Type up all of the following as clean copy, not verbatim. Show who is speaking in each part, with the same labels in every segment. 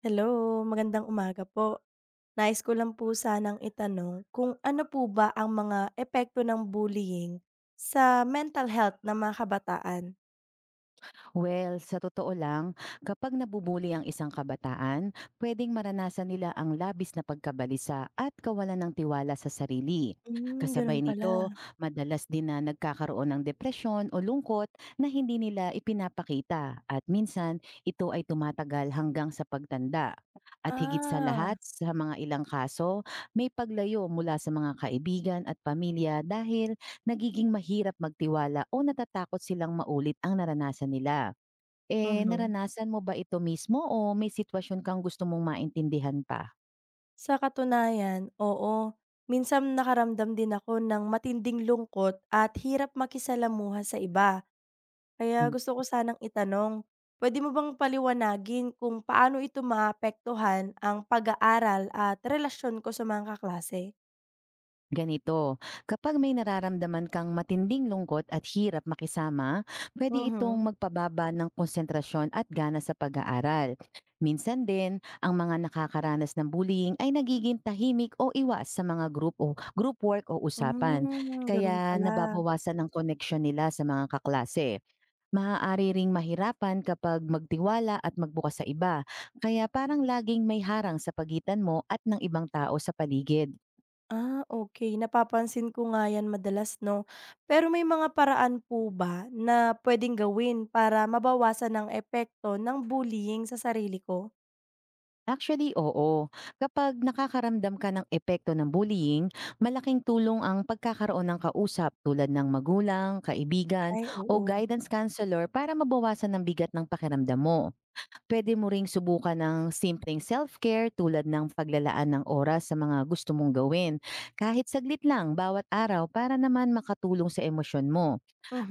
Speaker 1: Hello, magandang umaga po. Nais ko lang po sanang itanong kung ano po ba ang mga epekto ng bullying sa mental health ng mga kabataan?
Speaker 2: Well, sa totoo lang, kapag nabubuli ang isang kabataan, pwedeng maranasan nila ang labis na pagkabalisa at kawalan ng tiwala sa sarili.
Speaker 1: Hmm, ganun
Speaker 2: Kasabay
Speaker 1: pala.
Speaker 2: nito, madalas din na nagkakaroon ng depresyon o lungkot na hindi nila ipinapakita at minsan ito ay tumatagal hanggang sa pagtanda. At higit sa
Speaker 1: Ah,
Speaker 2: lahat, sa mga ilang kaso, may paglayo mula sa mga kaibigan at pamilya dahil nagiging mahirap magtiwala o natatakot silang maulit ang naranasan nila. Eh,
Speaker 1: mhm.
Speaker 2: naranasan mo ba ito mismo o may sitwasyon kang gusto mong maintindihan pa?
Speaker 1: Sa katunayan, oo. Minsan nakaramdam din ako ng matinding lungkot at hirap makisalamuha sa iba. Kaya
Speaker 2: Mm,
Speaker 1: gusto ko sanang itanong, pwede mo bang paliwanagin kung paano ito maapektuhan ang pag-aaral at relasyon ko sa mga kaklase?
Speaker 2: Ganito, kapag may nararamdaman kang matinding lungkot at hirap makisama, pwede itong
Speaker 1: Mhm.
Speaker 2: magpababa ng konsentrasyon at gana sa pag-aaral. Minsan din, ang mga nakakaranas ng bullying ay nagiging tahimik o iwas sa mga group o group work o usapan.
Speaker 1: Hmm, gano'n
Speaker 2: Kaya
Speaker 1: pala.
Speaker 2: nababawasan ang connection nila sa mga kaklase. Maaari ring mahirapan kapag magtiwala at magbukas sa iba, kaya parang laging may harang sa pagitan mo at ng ibang tao sa paligid.
Speaker 1: Ah, okey, napapansin ko nga 'yan madalas 'no. Pero may mga paraan po ba na puwedeng gawin para mabawasan ang epekto ng bullying sa sarili ko?
Speaker 2: Actually, oo. Kapag nakakaramdam ka ng epekto ng bullying, malaking tulong ang pagkakaroon ng kausap tulad ng magulang, kaibigan,
Speaker 1: Ay,
Speaker 2: o
Speaker 1: oo.
Speaker 2: guidance counselor para mabawasan ang bigat ng pakiramdam mo. Puwede mo ring subukan ng simpleng self-care tulad ng paglalaan ng oras sa mga gusto mong gawin. Kahit saglit lang bawat araw para naman makatulong sa emosyon mo.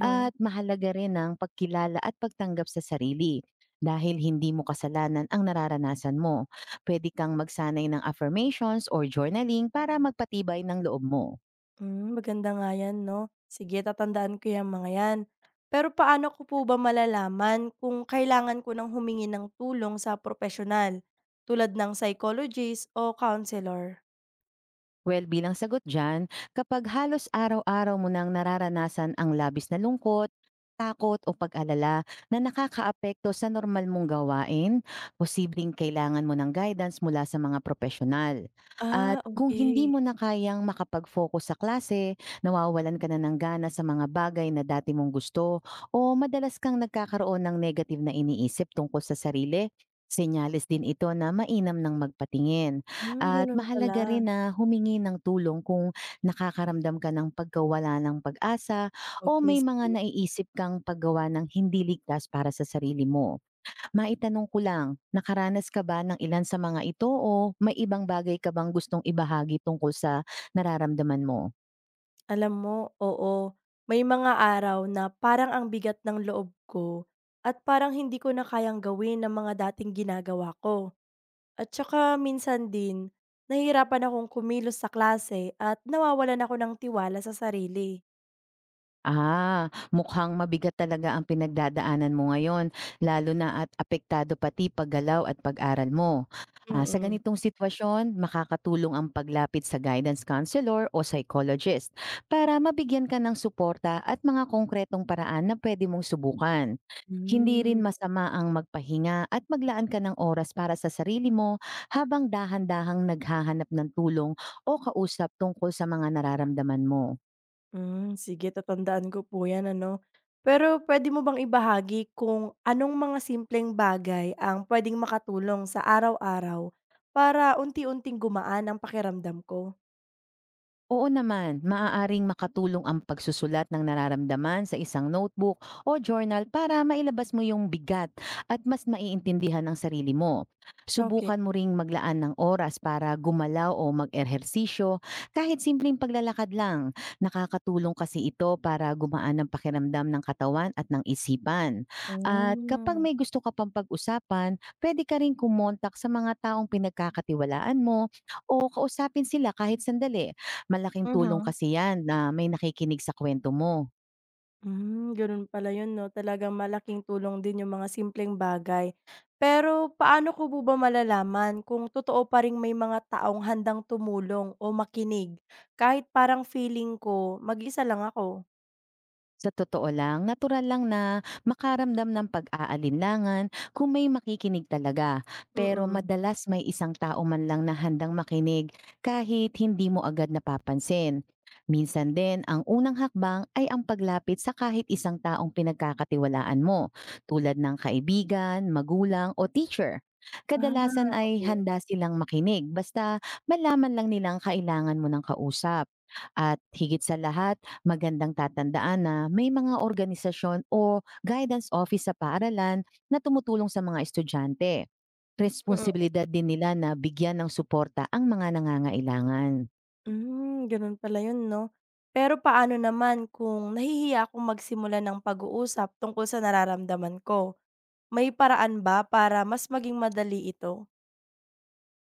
Speaker 2: At mahalaga rin ang pagkilala at pagtanggap sa sarili. Dahil hindi mo kasalanan ang nararanasan mo. Pwede kang magsanay ng affirmations or journaling para magpatibay ng loob mo.
Speaker 1: Hmm, maganda nga 'yan 'no. Sige, tatandaan ko 'yang mga 'yan. Pero paano ko po ba malalaman kung kailangan ko ng humingi ng tulong sa propesyonal, tulad ng psychologist o counselor?
Speaker 2: Well, bilang sagot dyan, kapag halos araw-araw mo nang nararanasan ang labis na lungkot, takot o pag-alala na nakakaapekto sa normal mong gawain, posibleng kailangan mo ng guidance mula sa mga profesional. At
Speaker 1: Ah,
Speaker 2: kung hindi
Speaker 1: okey.
Speaker 2: mo na kayang makapag-focus sa klase, nawawalan ka na ng gana sa mga bagay na dati mong gusto o madalas kang nagkakaroon ng negative na iniisip tungkol sa sarili, senyales din ito na mainam ng magpatingin.
Speaker 1: Hmm,
Speaker 2: At
Speaker 1: gano'n pala.
Speaker 2: mahalaga rin na humingi ng tulong kung nakakaramdam ka ng pagkawala ng pag-asa o
Speaker 1: Okey,
Speaker 2: may mga
Speaker 1: sige.
Speaker 2: naiisip kang paggawa ng hindi ligtas para sa sarili mo. Maitanong ko lang, nakaranas ka ba ng ilan sa mga ito o may ibang bagay ka bang gustong ibahagi tungkol sa nararamdaman mo?
Speaker 1: Alam mo, oo, may mga araw na parang ang bigat ng loob ko at parang hindi ko na kayang gawin ang mga dating ginagawa ko. At saka minsan din, nahihirapan akong kumilos sa klase at nawawalan ako ng tiwala sa sarili.
Speaker 2: Ah, mukhang mabigat talaga ang pinagdadaanan mo ngayon, lalo na at apektado pati paggalaw at pag-aral mo. Ah, sa
Speaker 1: Mm.
Speaker 2: ganitong sitwasyon, makakatulong ang paglapit sa guidance counselor o psychologist para mabigyan ka ng suporta at mga konkretong paraan na pwede mong subukan. Hindi rin
Speaker 1: Hmm.
Speaker 2: masama ang magpahinga at maglaan ka ng oras para sa sarili mo habang dahan-dahang naghahanap ng tulong o kausap tungkol sa mga nararamdaman mo.
Speaker 1: Hmm, sige tatandaan ko po 'yan ano. Pero pwede mo bang ibahagi kung anong mga simpleng bagay ang puwedeng makatulong sa araw-araw para unti-unting gumaan ang pakiramdam ko?
Speaker 2: Oo naman, maaaring makatulong ang pagsusulat ng nararamdaman sa isang notebook o journal para mailabas mo yung bigat at mas maiintindihan ang sarili mo.
Speaker 1: Okay.
Speaker 2: Subukan mo ring maglaan ng oras para gumalaw o mag-ehersisyo kahit simpleng paglalakad lang. Nakakatulong kasi ito para gumaan ang pakiramdam ng katawan at ng isipan. At kapag
Speaker 1: Hmm,
Speaker 2: may gusto ka pang pag-usapan, pwede ka rin kumontak sa mga taong pinagkakatiwalaan mo o kausapin sila kahit sandali. Malaking tulong
Speaker 1: mhm.
Speaker 2: kasi yan na may nakikinig sa kwento mo.
Speaker 1: Hmm, gano'n pala 'yun 'no, talagang malaking tulong din yung mga simpleng bagay. Pero paano ko po ba malalaman kung totoo pa ring may mga taong handang tumulong o makinig kahit parang feeling ko mag-isa lang ako?
Speaker 2: Sa totoo lang, natural lang na makaramdam ng pag-aalinlangan kung may makikinig talaga. Pero
Speaker 1: Mm.
Speaker 2: madalas may isang tao man lang na handang makinig kahit hindi mo agad napapansin. Minsan din, ang unang hakbang ay ang paglapit sa kahit isang taong pinagkakatiwalaan mo, tulad ng kaibigan, magulang o teacher.
Speaker 1: Ah,
Speaker 2: Kadalasan ay
Speaker 1: okey.
Speaker 2: handa silang makinig basta malaman lang nilang kailangan mo ng kausap. At higit sa lahat, magandang tatandaan na may mga organisasyon o guidance office sa paaralan na tumutulong sa mga estudyante.
Speaker 1: Mm.
Speaker 2: Responsibilidad din nila na bigyan ng suporta ang mga nangangailangan.
Speaker 1: Hmm, gano'n pala 'yun 'no. Pero paano naman kung nahihiya akong magsimula ng pag-uusap tungkol sa nararamdaman ko? May paraan ba para mas maging madali ito?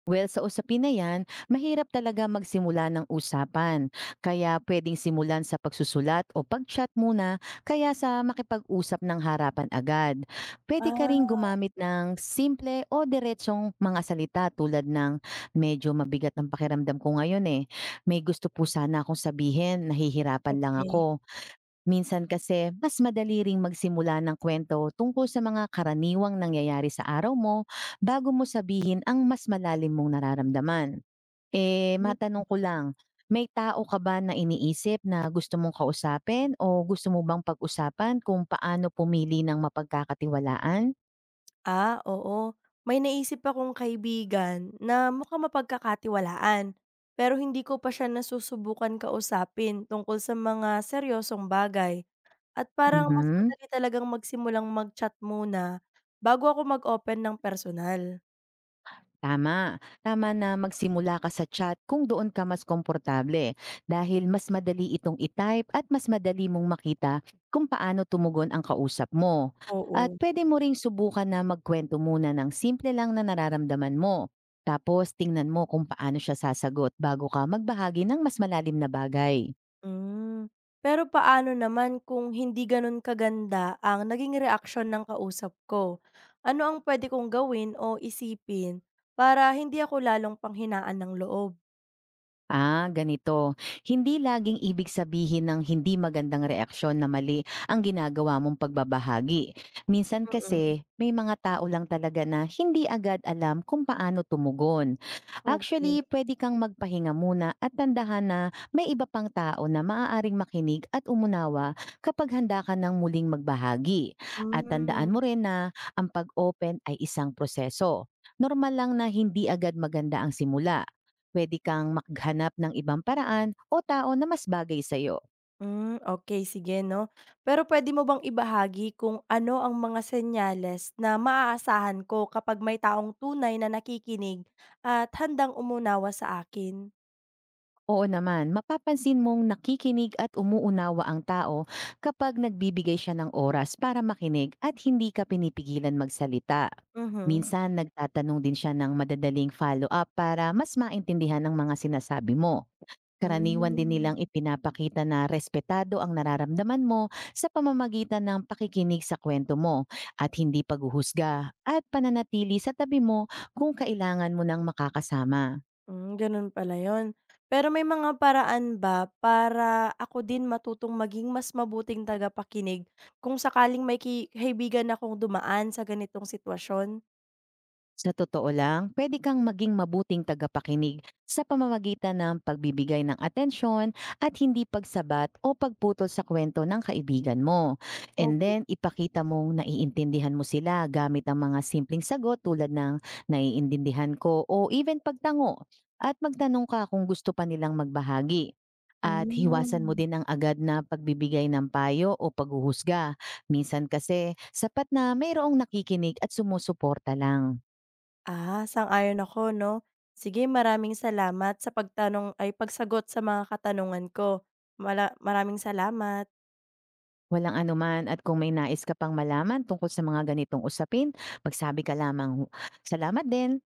Speaker 2: Well, sa usapin na yan, mahirap talaga magsimula ng usapan. Kaya pwedeng simulan sa pagsusulat o pag-chat muna, kaya sa makipag-usap ng harapan agad. Pwede ka rin
Speaker 1: Ah,
Speaker 2: gumamit ng simple o diretsong mga salita tulad ng medyo mabigat ang pakiramdam ko ngayon eh. May gusto po sana akong sabihin, nahihirapan lang
Speaker 1: okey.
Speaker 2: ako. Minsan kasi, mas madali ring magsimula ng kwento tungkol sa mga karaniwang nangyayari sa araw mo bago mo sabihin ang mas malalim mong nararamdaman. Eh,
Speaker 1: Hmm.
Speaker 2: matanong ko lang, may tao ka ba na iniisip na gusto mong kausapin o gusto mo bang pag-usapan kung paano pumili ng mapagkakatiwalaan?
Speaker 1: Ah, oo. May naisip akong kaibigan na mukhang mapagkakatiwalaan, pero hindi ko pa siya nasusubukan kausapin tungkol sa mga seryosong bagay. At parang mas
Speaker 2: Mhm.
Speaker 1: madali talagang magsimulang mag-chat muna bago ako mag-open ng personal.
Speaker 2: Tama. Tama na magsimula ka sa chat kung doon ka mas komportable dahil mas madali itong itype at mas madali mong makita kung paano tumugon ang kausap mo. At
Speaker 1: Oo.
Speaker 2: pwede mo ring subukan na magkwento muna ng simple lang na nararamdaman mo. Tapos tingnan mo kung paano siya sasagot bago ka magbahagi ng mas malalim na bagay.
Speaker 1: Hmm, pero paano naman kung hindi gano'n kaganda ang naging reaksyon ng kausap ko? Ano ang puwede kong gawin o isipin para hindi ako lalong panghinaan ng loob?
Speaker 2: Ah, ganito. Hindi laging ibig sabihin ng hindi magandang reaksyon na mali ang ginagawa mong pagbabahagi. Minsan
Speaker 1: Mm,
Speaker 2: kasi, may mga tao lang talaga na hindi agad alam kung paano tumugon.
Speaker 1: okey.
Speaker 2: Actually, pwede kang magpahinga muna at tandahan na may iba pang tao na maaaring makinig at umunawa kapag handa ka ng muling magbahagi. At tandaan
Speaker 1: Hmm.
Speaker 2: mo rin na ang pag-open ay isang proseso. Normal lang na hindi agad maganda ang simula. Pwede kang maghanap ng ibang paraan o tao na mas bagay sa iyo.
Speaker 1: Hmm, okay, sige 'no. Pero puwede mo bang ibahagi kung ano ang mga senyales na maaasahan ko kapag may taong tunay na nakikinig at handang umunawa sa akin?
Speaker 2: Oo naman, mapapansin mong nakikinig at umuunawa ang tao kapag nagbibigay siya ng oras para makinig at hindi ka pinipigilan magsalita.
Speaker 1: Mhm,
Speaker 2: Minsan, nagtatanong din siya ng madadaling follow-up para mas maintindihan ang mga sinasabi mo. Karaniwan din
Speaker 1: hmm.
Speaker 2: nilang ipinapakita na respetado ang nararamdaman mo sa pamamagitan ng pakikinig sa kwento mo at hindi paghuhusga at pananatili sa tabi mo kung kailangan mo ng makakasama.
Speaker 1: Hmm, gano'n pala 'yun. Pero may mga paraan ba para ako din matutong maging mas mabuting tagapakinig kung sakaling may kaibigan akong dumaan sa ganitong sitwasyon?
Speaker 2: Sa totoo lang, pwede kang maging mabuting tagapakinig sa pamamagitan ng pagbibigay ng atensyon at hindi pagsabat o pagputol sa kwento ng kaibigan mo. And
Speaker 1: Okay.
Speaker 2: then, ipakita mong naiintindihan mo sila gamit ang mga simpleng sagot tulad ng naiintindihan ko o even pagtango at magtanong ka kung gusto pa nilang magbahagi. At hiwasan mo
Speaker 1: Hmm.
Speaker 2: din ang agad na pagbibigay ng payo o paghuhusga. Minsan kasi, sapat na mayroong nakikinig at sumusuporta lang.
Speaker 1: Ah, sang-ayon ako 'no. Sige, maraming salamat sa pagtanong ay pagsagot sa mga katanungan ko. Maraming salamat.
Speaker 2: Walang anuman at kung may nais ka pang malaman tungkol sa mga ganitong usapin, magsabi ka lamang. Salamat din!